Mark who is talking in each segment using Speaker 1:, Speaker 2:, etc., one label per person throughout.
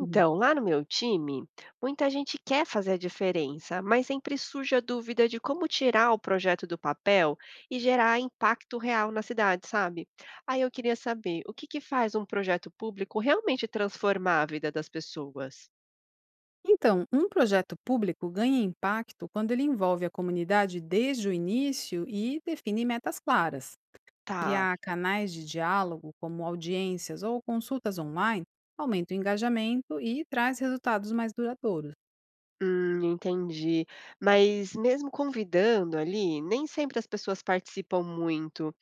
Speaker 1: Uhum.
Speaker 2: lá no meu time, muita gente quer fazer a diferença, mas sempre surge a dúvida de como tirar o projeto do papel e gerar impacto real na cidade, sabe? Aí eu queria saber, o que que faz um projeto público realmente transformar a vida das pessoas?
Speaker 1: Então, um projeto público ganha impacto quando ele envolve a comunidade desde o início e define metas claras.
Speaker 2: Tá,
Speaker 1: Criar canais de diálogo, como audiências ou consultas online, aumenta o engajamento e traz resultados mais duradouros.
Speaker 2: entendi. Mas mesmo convidando ali, nem sempre as pessoas participam muito.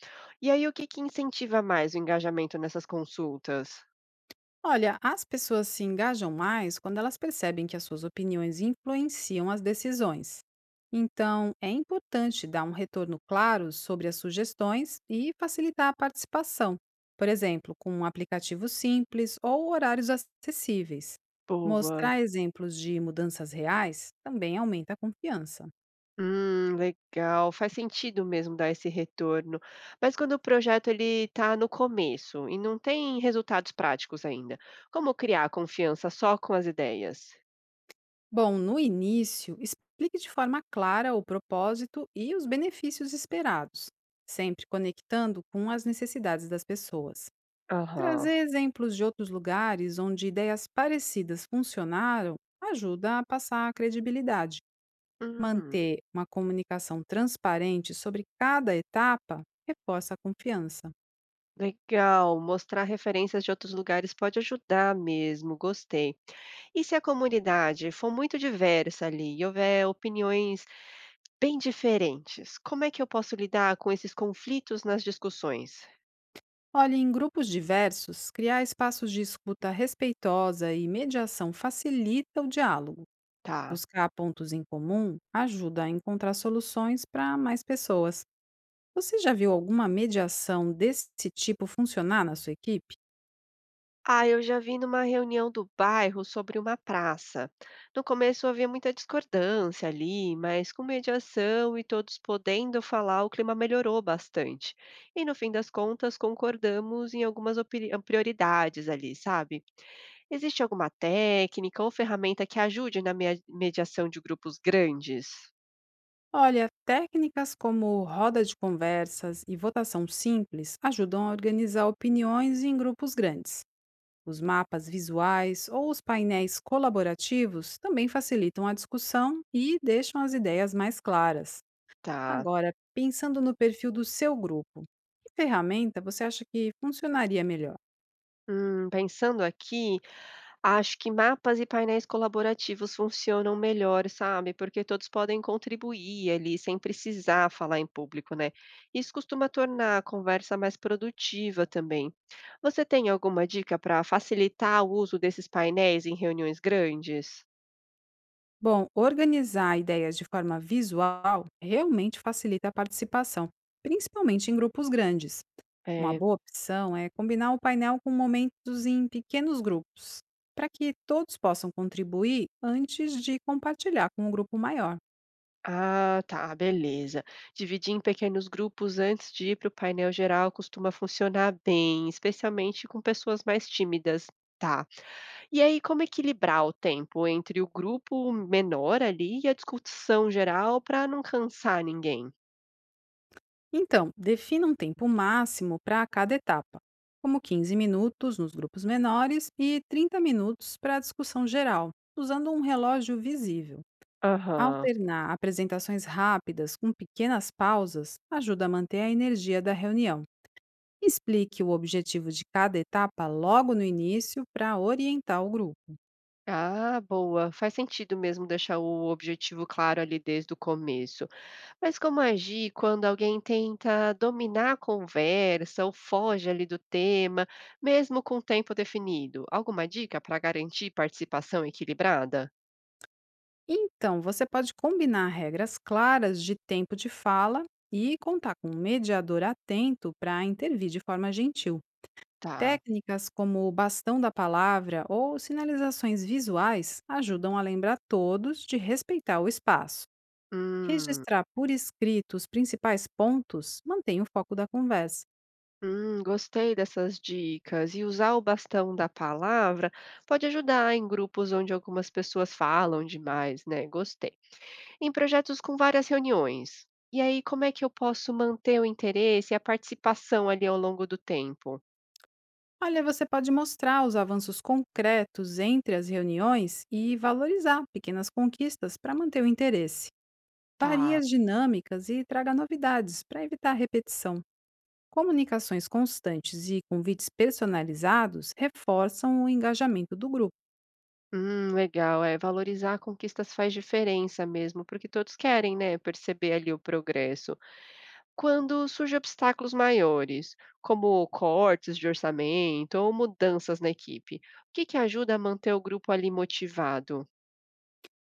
Speaker 2: E aí, o que que incentiva mais o engajamento nessas consultas?
Speaker 1: Olha, as pessoas se engajam mais quando elas percebem que as suas opiniões influenciam as decisões. Então, é importante dar um retorno claro sobre as sugestões e facilitar a participação, por exemplo, com um aplicativo simples ou horários acessíveis.
Speaker 2: Boa.
Speaker 1: Mostrar exemplos de mudanças reais também aumenta a confiança.
Speaker 2: Legal, faz sentido mesmo dar esse retorno. Mas quando o projeto ele está no começo e não tem resultados práticos ainda, como criar confiança só com as ideias?
Speaker 1: Bom, no início, explique de forma clara o propósito e os benefícios esperados, sempre conectando com as necessidades das pessoas.
Speaker 2: Aham.
Speaker 1: Trazer exemplos de outros lugares onde ideias parecidas funcionaram ajuda a passar a credibilidade.
Speaker 2: Hum,
Speaker 1: Manter uma comunicação transparente sobre cada etapa reforça a confiança.
Speaker 2: legal. Mostrar referências de outros lugares pode ajudar mesmo, gostei. E se a comunidade for muito diversa ali e houver opiniões bem diferentes, como é que eu posso lidar com esses conflitos nas discussões?
Speaker 1: Olhe, em grupos diversos, criar espaços de escuta respeitosa e mediação facilita o diálogo.
Speaker 2: Tá.
Speaker 1: Buscar pontos em comum ajuda a encontrar soluções para mais pessoas. Você já viu alguma mediação desse tipo funcionar na sua equipe?
Speaker 2: Ah, eu já vi numa reunião do bairro sobre uma praça. No começo havia muita discordância ali, mas com mediação e todos podendo falar, o clima melhorou bastante. E no fim das contas, concordamos em algumas prioridades ali, sabe? Existe alguma técnica ou ferramenta que ajude na mediação de grupos grandes?
Speaker 1: Olha, técnicas como roda de conversas e votação simples ajudam a organizar opiniões em grupos grandes. Os mapas visuais ou os painéis colaborativos também facilitam a discussão e deixam as ideias mais claras.
Speaker 2: Tá.
Speaker 1: Agora, pensando no perfil do seu grupo, que ferramenta você acha que funcionaria melhor?
Speaker 2: Pensando aqui. Acho que mapas e painéis colaborativos funcionam melhor, sabe? Porque todos podem contribuir ali sem precisar falar em público, né? Isso costuma tornar a conversa mais produtiva também. Você tem alguma dica para facilitar o uso desses painéis em reuniões grandes?
Speaker 1: Bom, organizar ideias de forma visual realmente facilita a participação, principalmente em grupos grandes. Uma
Speaker 2: É.
Speaker 1: boa opção é combinar o painel com momentos em pequenos grupos, para que todos possam contribuir antes de compartilhar com o grupo maior.
Speaker 2: Ah, tá, beleza. Dividir em pequenos grupos antes de ir para o painel geral costuma funcionar bem, especialmente com pessoas mais tímidas. Tá. E aí, como equilibrar o tempo entre o grupo menor ali e a discussão geral para não cansar ninguém?
Speaker 1: Então, defina um tempo máximo para cada etapa, como 15 minutos nos grupos menores e 30 minutos para a discussão geral, usando um relógio visível.
Speaker 2: Aham.
Speaker 1: Alternar apresentações rápidas com pequenas pausas ajuda a manter a energia da reunião. Explique o objetivo de cada etapa logo no início para orientar o grupo.
Speaker 2: Ah, boa. Faz sentido mesmo deixar o objetivo claro ali desde o começo. Mas como agir quando alguém tenta dominar a conversa ou foge ali do tema, mesmo com o tempo definido? Alguma dica para garantir participação equilibrada?
Speaker 1: Então, você pode combinar regras claras de tempo de fala e contar com um mediador atento para intervir de forma gentil.
Speaker 2: Tá.
Speaker 1: Técnicas como o bastão da palavra ou sinalizações visuais ajudam a lembrar todos de respeitar o espaço.
Speaker 2: Hum.
Speaker 1: Registrar por escrito os principais pontos mantém o foco da conversa.
Speaker 2: Gostei dessas dicas. E usar o bastão da palavra pode ajudar em grupos onde algumas pessoas falam demais, né? Gostei. Em projetos com várias reuniões. E aí, como é que eu posso manter o interesse e a participação ali ao longo do tempo?
Speaker 1: Olha, você pode mostrar os avanços concretos entre as reuniões e valorizar pequenas conquistas para manter o interesse. Varie
Speaker 2: Tá.
Speaker 1: as dinâmicas e traga novidades para evitar repetição. Comunicações constantes e convites personalizados reforçam o engajamento do grupo.
Speaker 2: Legal. É, valorizar conquistas faz diferença mesmo, porque todos querem, né, perceber ali o progresso. Quando surgem obstáculos maiores, como cortes de orçamento ou mudanças na equipe, o que que ajuda a manter o grupo ali motivado?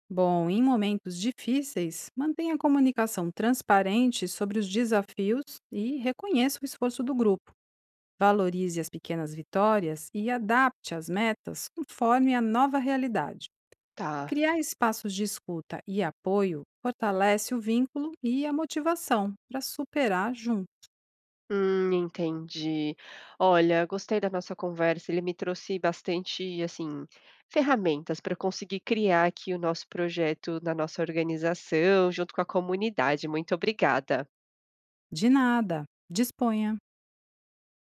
Speaker 1: Bom, em momentos difíceis, mantenha a comunicação transparente sobre os desafios e reconheça o esforço do grupo. Valorize as pequenas vitórias e adapte as metas conforme a nova realidade.
Speaker 2: Tá.
Speaker 1: Criar espaços de escuta e apoio fortalece o vínculo e a motivação para superar junto.
Speaker 2: Entendi. Olha, gostei da nossa conversa. Ele me trouxe bastante, assim, ferramentas para conseguir criar aqui o nosso projeto na nossa organização, junto com a comunidade. Muito obrigada.
Speaker 1: De nada. Disponha.